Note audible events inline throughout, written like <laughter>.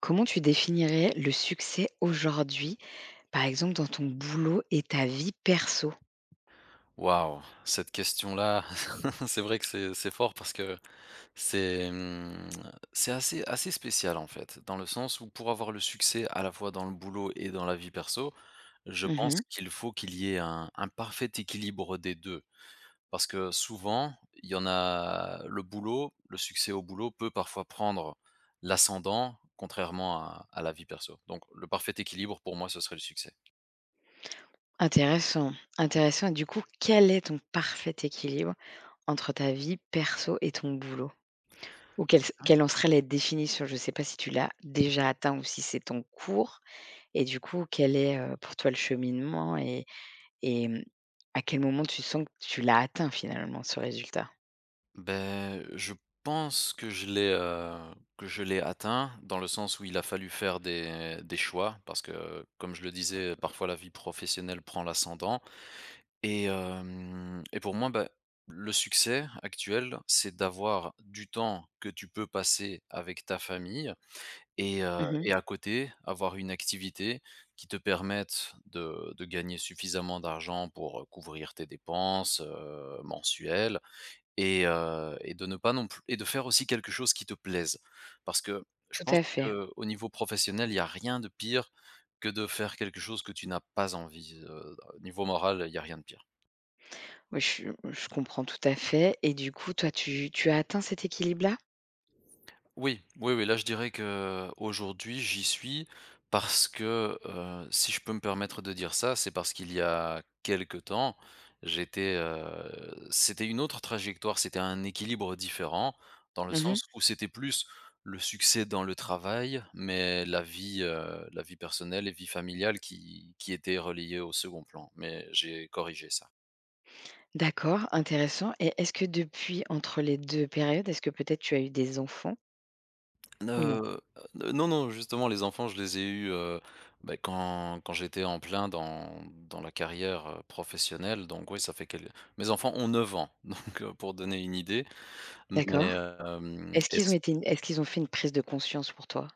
Comment tu définirais le succès aujourd'hui, par exemple dans ton boulot et ta vie perso? Waouh, cette question-là, <laughs> c'est vrai que c'est fort parce que c'est, mmh, c'est assez spécial en fait, dans le sens où pour avoir le succès à la fois dans le boulot et dans la vie perso, je pense Mmh. qu'il faut qu'il y ait un parfait équilibre des 2. Parce que souvent, il y en a le boulot, le succès au boulot peut parfois prendre l'ascendant, contrairement à la vie perso. Donc le parfait équilibre pour moi, ce serait le succès. Intéressant, intéressant et du coup, quel est ton parfait équilibre entre ta vie perso et ton boulot? Ou quelle en serait la définition? Je ne sais pas si tu l'as déjà atteint ou si c'est ton cours et du coup, quel est, pour toi le cheminement et et mmh, à quel moment tu sens que tu l'as atteint finalement ce résultat? Ben, je pense que que je l'ai atteint dans le sens où il a fallu faire des choix parce que, comme je le disais, parfois la vie professionnelle prend l'ascendant et pour moi, bah, le succès actuel, c'est d'avoir du temps que tu peux passer avec ta famille et heu Mmh. et à côté, avoir une activité qui te permette de gagner suffisamment d'argent pour, couvrir tes dépenses, mensuelles et de ne pas non plus et de faire aussi quelque chose qui te plaise. Parce que je Tout pense à fait. qu'au niveau professionnel, il y a rien de pire que de faire quelque chose que tu n'as pas envie, niveau moral, il y a rien de pire. Oui, je comprends tout à fait et du coup, toi, tu as atteint cet équilibre-là? Oui, oui, oui, là je dirais que aujourd'hui, j'y suis parce que, si je peux me permettre de dire ça, c'est parce qu'il y a quelque temps, c'était une autre trajectoire, c'était un équilibre différent dans le sens Mmh. où c'était plus le succès dans le travail, mais la vie personnelle et vie familiale qui étaient relayées au second plan, mais j'ai corrigé ça. D'accord, intéressant et est-ce que depuis, entre les 2 périodes, est-ce que peut-être tu as eu des enfants ou non? Heu, non, non, justement, les enfants, je les ai eus, bah, quand j'étais en plein dans la carrière, professionnelle, donc oui, ça fait quel mes enfants ont 9 ans, <laughs> donc pour donner une idée, mais D'accord. hem Est-ce et qu'ils ont c été est-ce qu'ils ont fait une prise de conscience pour toi?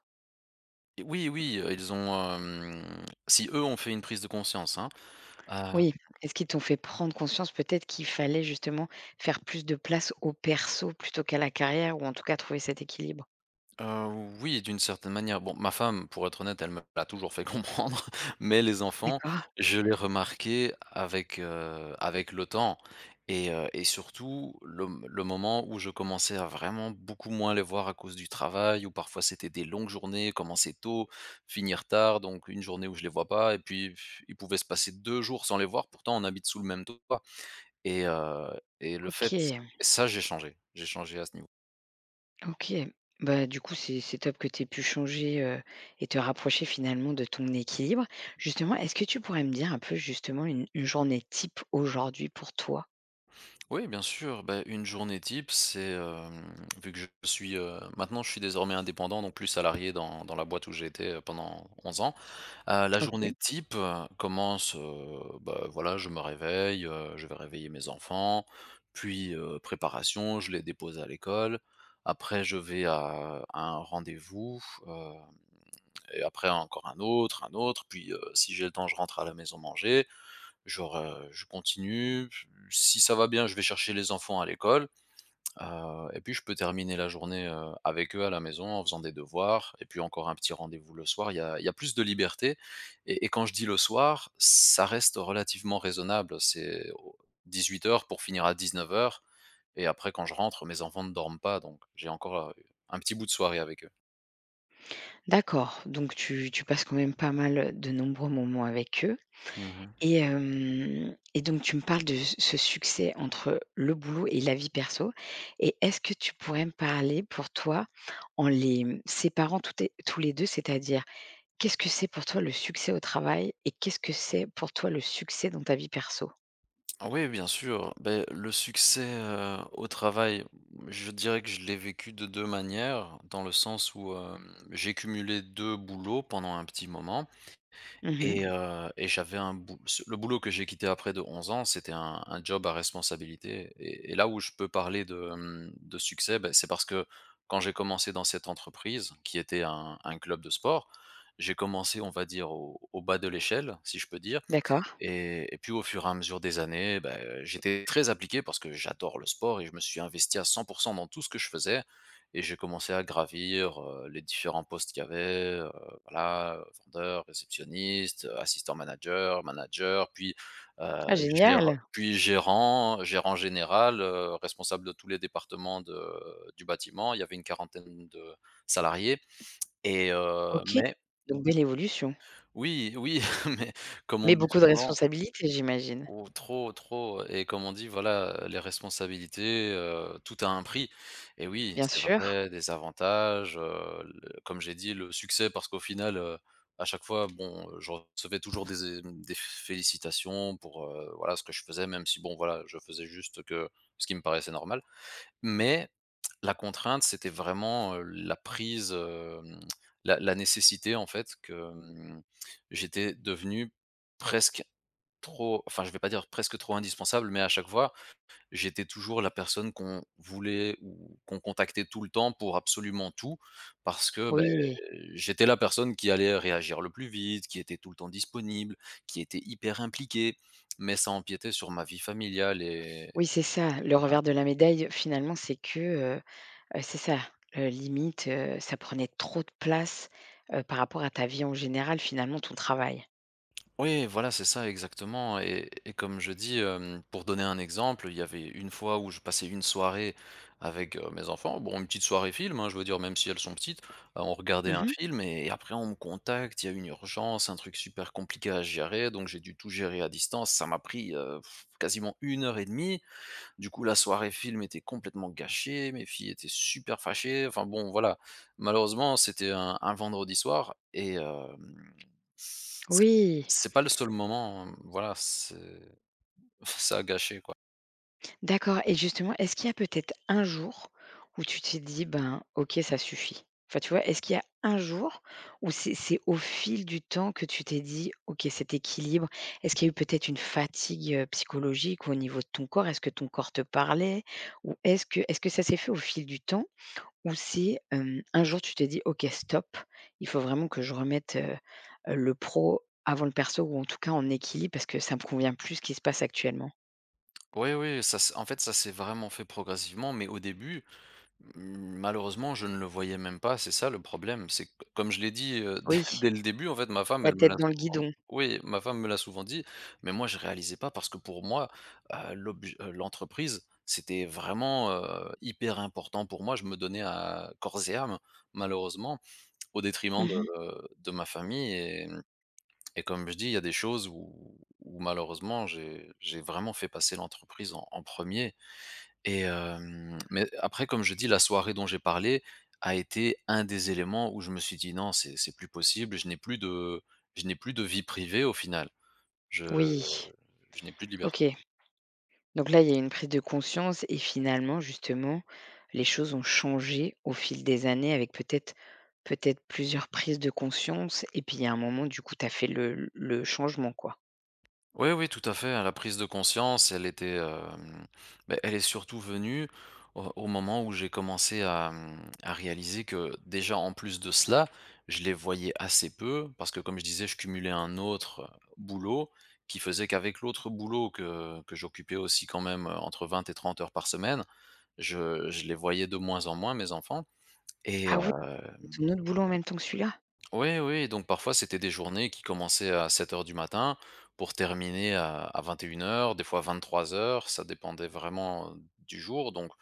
oui, oui, ils ont, si eux ont fait une prise de conscience, hein. Oui. Est-ce qu'ils t'ont fait prendre conscience peut-être qu'il fallait justement faire plus de place au perso plutôt qu'à la carrière ou en tout cas trouver cet équilibre? Heu, oui, d'une certaine manière. Bon, ma femme, pour être honnête, elle me l'a toujours fait <laughs> comprendre, mais les enfants, D'accord, je l'ai remarqué avec le temps et surtout le moment où je commençais à vraiment beaucoup moins les voir à cause du travail, où parfois c'était des longues journées, commencer tôt, finir tard, donc une journée où je les vois pas et puis il pouvait se passer 2 jours sans les voir, pourtant on habite sous le même toit et heu et le fait OK. et ça j'ai changé à ce niveau. OK. Bah, du coup, c'est top que tu aies pu changer, et te rapprocher finalement de ton équilibre. Justement, est-ce que tu pourrais me dire un peu justement une journée type aujourd'hui pour toi? Oui, bien sûr. Bah, une journée type, vu que je suis, maintenant je suis désormais indépendant, donc plus salarié dans la boîte où j'ai été, pendant 11 ans. La journée OK. type, commence, bah, voilà, je me réveille, je vais réveiller mes enfants, puis, préparation, je les dépose à l'école. Après, je vais à un rendez-vous, hem, et après encore un autre, puis, si j'ai le temps, je rentre à la maison manger. Genre, je continue, si ça va bien, je vais chercher les enfants à l'école, et puis je peux terminer la journée, avec eux à la maison en faisant des devoirs et puis encore un petit rendez-vous le soir. Il y a plus de liberté et quand je dis le soir, ça reste relativement raisonnable. C'est au heures pour finir à 19 heures et après quand je rentre, mes enfants ne dorment pas donc j'ai encore, un petit bout de soirée avec eux. D'accord, donc tu passes quand même pas mal, de nombreux moments avec eux Mmh. Et donc tu me parles de ce succès entre le boulot et la vie perso et est-ce que tu pourrais me parler pour toi en les, séparant toutes et tous les 2, c'est-à-dire qu'est-ce que c'est pour toi le succès au travail et qu'est-ce que c'est pour toi le succès dans ta vie perso? Oui, bien sûr. Beh, le succès, au travail, je dirais que je l'ai vécu de 2 manières, dans le sens où, j'ai cumulé 2 boulots pendant un petit moment Mmh. et j'avais un bou ce le boulot que j'ai quitté après de 11 ans, c'était un job à responsabilité et là où je peux parler de succès, beh, c'est parce que quand j'ai commencé dans cette entreprise, qui était un club de sport, j'ai commencé, on va dire, au bas de l'échelle, si je peux dire D'accord. et puis au fur et à mesure des années, bah, j'étais très appliqué parce que j'adore le sport et je me suis investi à 100 dans tout ce que je faisais et j'ai commencé à gravir, les différents postes qu'il y avait, voilà, vendeur, réceptionniste, assistant manager, manager, puis, heu, Ah génial! Gérant, gérant général, responsable de tous les départements de du bâtiment. Il y avait une quarantaine de salariés et OK. mais Donc belle évolution. oui, oui, <laughs> mais comme on Mais dit beaucoup de souvent. responsabilités, j'imagine? Oh, trop, trop et comme on dit, voilà, les responsabilités, tout a un prix et oui, Bien c'est sûr. vrai, des avantages, le comme j'ai dit, le succès parce qu'au final, à chaque fois, bon, je recevais toujours des félicitations pour, voilà, ce que je faisais, même si, bon, voilà, je faisais juste que ce qui me paraissait normal. Mais la contrainte, c'était vraiment, la nécessité, en fait, que, j'étais devenu presque trop enfin, je vais pas dire presque trop indispensable, mais à chaque fois, j'étais toujours la personne qu'on voulait ou qu'on contactait tout le temps pour absolument tout parce que, beh, Oui, j'étais la personne qui allait réagir le plus vite, qui était tout le temps disponible, qui était hyper impliquée, mais ça empiétait sur ma vie familiale et oui, c'est ça. et Le voilà. revers de la médaille, finalement, c'est que, c'est ça, limite, ça prenait trop de place, par rapport à ta vie en général, finalement, ton travail. Oui, voilà, c'est ça exactement et comme je dis, pour donner un exemple, il y avait une fois où je passais une soirée avec, mes enfants. Bon, une petite soirée film, hein, je veux dire, même si elles sont petites, on regardait un Mmh. film et après on me contacte, il y a une urgence, un truc super compliqué à gérer, donc j'ai dû tout gérer à distance. Ça m'a pris, quasiment 1 heure et demie du coup, la soirée film était complètement gâchée, mes filles étaient super fâchées. Enfin bon, voilà. Malheureusement, c'était un vendredi soir et c'est Oui. c'est pas le seul moment, voilà, c'est <laughs> ça a gâché, quoi. D'accord et justement, est-ce qu'il y a peut-être un jour où tu t'es dit: «Ben, OK, ça suffit»? Enfin, tu vois, est-ce qu'il y a un jour où c'est au fil du temps que tu t'es dit: «OK, cet équilibre»? Est-ce qu'il y a eu peut-être une fatigue, psychologique ou au niveau de ton corps? Est-ce que ton corps te parlait? Ou est-ce que ça s'est fait au fil du temps? Ou c'est, un jour tu t'es dit: «OK, stop, il faut vraiment que je remette, le pro avant le perso ou en tout cas en équilibre parce que ça me convient plus ce qui se passe actuellement»? Oui, oui, ça s en fait, ça s'est vraiment fait progressivement, mais au début, malheureusement, je ne le voyais même pas, c'est ça le problème. C'est que comme je l'ai dit, Oui, <laughs> dès le début, en fait, ma femme, elle la me l'a tête dans le souvent, guidon. oui, ma femme me l'a souvent dit, mais moi je réalisais pas parce que pour moi, l'entreprise, c'était vraiment, hyper important pour moi. Je me donnais à corps et âme, malheureusement, au Mmh détriment mh. de ma famille et comme je dis, il y a des choses où malheureusement j'ai vraiment fait passer l'entreprise en 1 et mais après, comme je dis, la soirée dont j'ai parlé a été un des éléments où je me suis dit: «Non, c'est plus possible, je n'ai plus de vie privée au final. Je Oui, je n'ai plus de liberté». OK. Donc là, il y a une prise de conscience et finalement, justement, les choses ont changé au fil des années avec peut-être plusieurs prises de conscience et puis il y a un moment, du coup, tu as fait le changement, quoi. Oui, oui, tout à fait, hein, la prise de conscience, elle était, beh, elle est surtout venue au moment où j'ai commencé à réaliser que déjà, en plus de cela, je les voyais assez peu parce que comme je disais, je cumulais un autre, boulot qui faisait qu'avec l'autre boulot que j'occupais aussi quand même, entre 20 et 30 heures par semaine, je les voyais de moins en moins mes enfants et Ah oui, c'est ton autre boulot en même temps que celui-là? oui, oui, donc parfois c'était des journées qui commençaient à 7 heures du matin pour terminer à 21 heures, des fois 23 heures. Ça dépendait vraiment du jour donc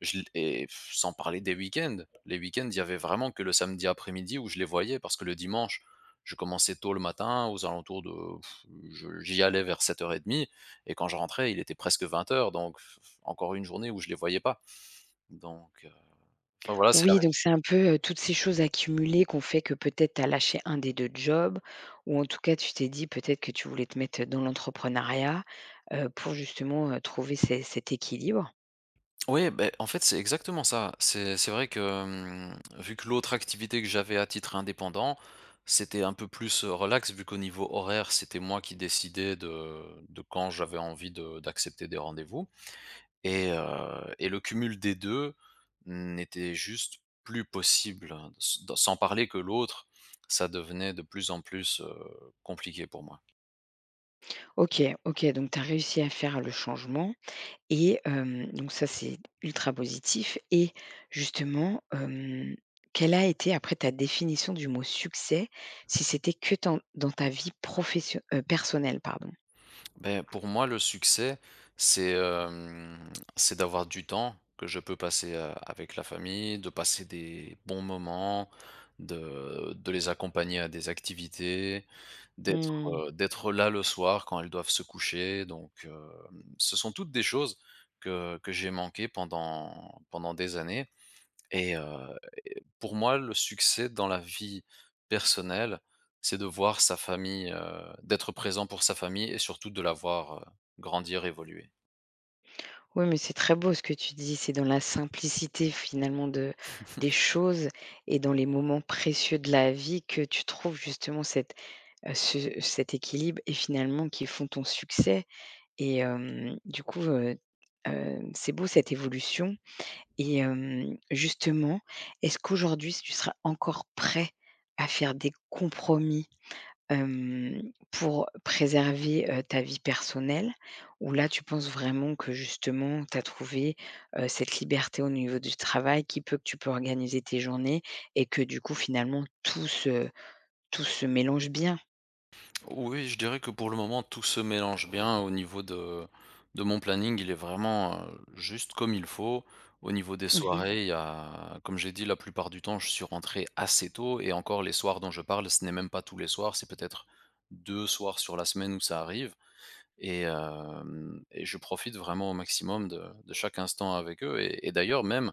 je l et pff, sans parler des week-ends. Les week-ends, il y avait vraiment que le samedi après-midi où je les voyais parce que le dimanche, je commençais tôt le matin aux alentours de Pff, je j'y allais vers 7:30 et quand je rentrais, il était presque 20 heures. Donc encore une journée où je les voyais pas donc enfin voilà, c'est la. Oui, donc c'est un peu, toutes ces choses accumulées qu'on fait que peut-être tu as lâché un des 2 jobs ou en tout cas, tu t'es dit peut-être que tu voulais te mettre, dans l'entrepreneuriat, pour justement, trouver ces cet équilibre. Oui, ben en fait, c'est exactement ça. C'est vrai que, vu que l'autre activité que j'avais à titre indépendant, c'était un peu plus, relax vu qu'au niveau horaire, c'était moi qui décidais de quand j'avais envie de d'accepter des rendez-vous et le cumul des 2 n'était juste plus possible, hein, s dans sans parler que l'autre, ça devenait de plus en plus, compliqué pour moi. OK, OK, donc tu as réussi à faire le changement donc ça, c'est ultra positif et justement, quelle a été après ta définition du mot «succès», si c'était que dans ta vie profession personnelle, pardon? Ben pour moi, le succès, c'est, c'est d'avoir du temps que je peux passer, avec la famille, de passer des bons moments, de les accompagner à des activités, d'être, Mmh. D'être là le soir quand elles doivent se coucher donc, ce sont toutes des choses que j'ai manquées pendant des années. Et et pour moi, le succès dans la vie personnelle, c'est de voir sa famille, d'être présent pour sa famille et surtout de la voir, grandir, évoluer. Oui, mais c'est très beau ce que tu dis, c'est dans la simplicité finalement de des choses et dans les moments précieux de la vie que tu trouves justement cette, ce cet équilibre et finalement qui font ton succès. Et hem, du coup, hem, c'est beau cette évolution et justement, est-ce qu'aujourd'hui tu seras encore prêt à faire des compromis, hem, pour préserver, ta vie personnelle? Ou là, tu penses vraiment que justement, tu as trouvé, cette liberté au niveau du travail qui peut que tu peux organiser tes journées et que du coup, finalement, tout se mélange bien? Oui, je dirais que pour le moment, tout se mélange bien au niveau de mon planning, il est vraiment, juste comme il faut. Au niveau des Mmh mh. soirées, il y a comme j'ai dit, la plupart du temps, je suis rentré assez tôt et encore les soirs dont je parle, ce n'est même pas tous les soirs, c'est peut-être 2 soirs sur la semaine où ça arrive. Et hem et je profite vraiment au maximum de chaque instant avec eux et d'ailleurs même,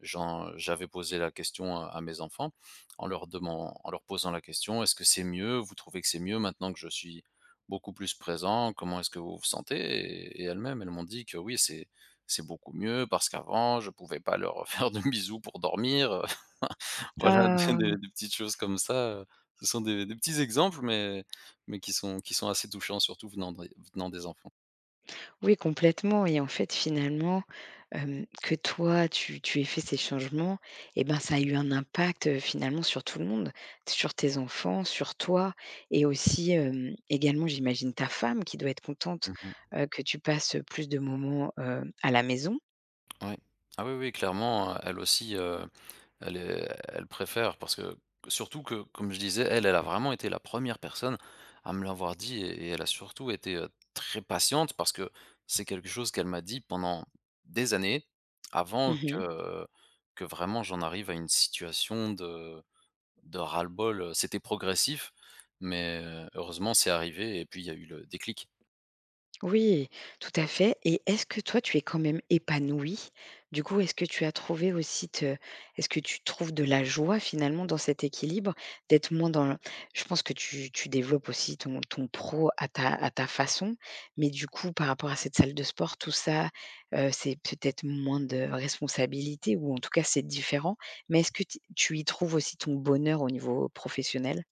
j'avais posé la question à mes enfants en leur posant la question : « Est-ce que c'est mieux? Vous trouvez que c'est mieux maintenant que je suis beaucoup plus présent? Comment est-ce que vous vous sentez ? » Et elles-mêmes, elles m'ont dit que oui, c'est beaucoup mieux parce qu'avant je pouvais pas leur <laughs> faire de bisous pour dormir, <laughs> voilà des petites choses comme ça, ce sont des petits exemples mais qui sont assez touchants, surtout venant des enfants. Oui, complètement et en fait, finalement, que toi, tu aies fait ces changements et ben, ça a eu un impact, finalement sur tout le monde, sur tes enfants, sur toi et aussi, également, j'imagine ta femme qui doit être contente, Mmh. Que tu passes, plus de moments, à la maison. Oui. Ah oui, oui, clairement, elle aussi, elle préfère parce que surtout que, comme je disais, elle, elle a vraiment été la première personne à me l'avoir dit et elle a surtout été, très patiente parce que c'est quelque chose qu'elle m'a dit pendant des années avant Mmh. Que vraiment j'en arrive à une situation de ras-le-bol, c'était progressif, mais heureusement c'est arrivé et puis il y a eu le déclic. Oui, tout à fait. Et est-ce que toi, tu es quand même épanouie? Du coup, est-ce que tu as trouvé aussi te est-ce que tu trouves de la joie finalement dans cet équilibre? D'être moins dans le je pense que tu développes aussi ton pro à ta façon, mais du coup, par rapport à cette salle de sport, tout ça, c'est peut-être moins de responsabilité ou en tout cas, c'est différent. Mais est-ce que t tu y trouves aussi ton bonheur au niveau professionnel?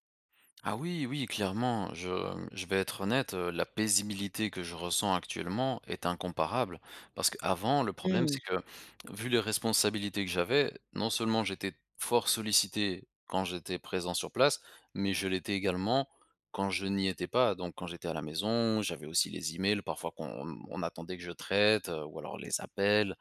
Ah oui, oui, clairement, je vais être honnête, la paisibilité que je ressens actuellement est incomparable. Parce qu'avant, le problème, c'est Mmh. que, vu les responsabilités que j'avais, non seulement j'étais fort sollicité quand j'étais présent sur place, mais je l'étais également quand je n'y étais pas. Donc, quand j'étais à la maison, j'avais aussi les emails, parfois qu'on attendait que je traite, ou alors les appels,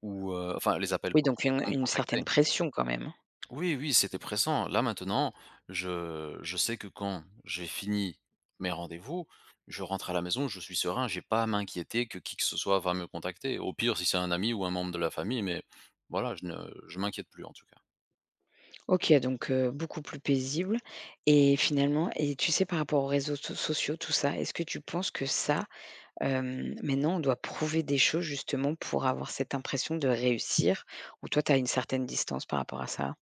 ou enfin, les appels Oui, pardon, donc une pour me une contacter. certaine pression quand même. Oui, oui, c'était pressant. Là, maintenant, je sais que quand j'ai fini mes rendez-vous, je rentre à la maison, je suis serein, j'ai pas à m'inquiéter que qui que ce soit va me contacter. Au pire, si c'est un ami ou un membre de la famille, mais voilà, je ne je m'inquiète plus en tout cas. OK, donc beaucoup plus paisible et finalement et tu sais par rapport aux réseaux sociaux, tout ça, est-ce que tu penses que ça, maintenant on doit prouver des choses justement pour avoir cette impression de réussir ou toi tu as une certaine distance par rapport à ça?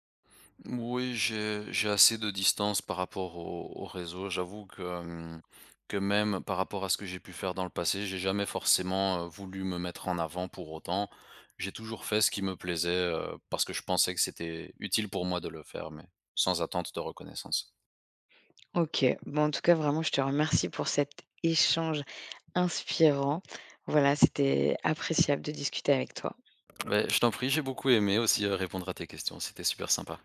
Oui, j'ai assez de distance par rapport au, au réseau. J'avoue que même par rapport à ce que j'ai pu faire dans le passé, j'ai jamais forcément voulu me mettre en avant pour autant. J'ai toujours fait ce qui me plaisait parce que je pensais que c'était utile pour moi de le faire, mais sans attente de reconnaissance. OK, bon en tout cas vraiment je te remercie pour cet échange inspirant. Voilà, c'était appréciable de discuter avec toi. Ouais, je t'en prie, j'ai beaucoup aimé aussi répondre à tes questions. C'était super sympa.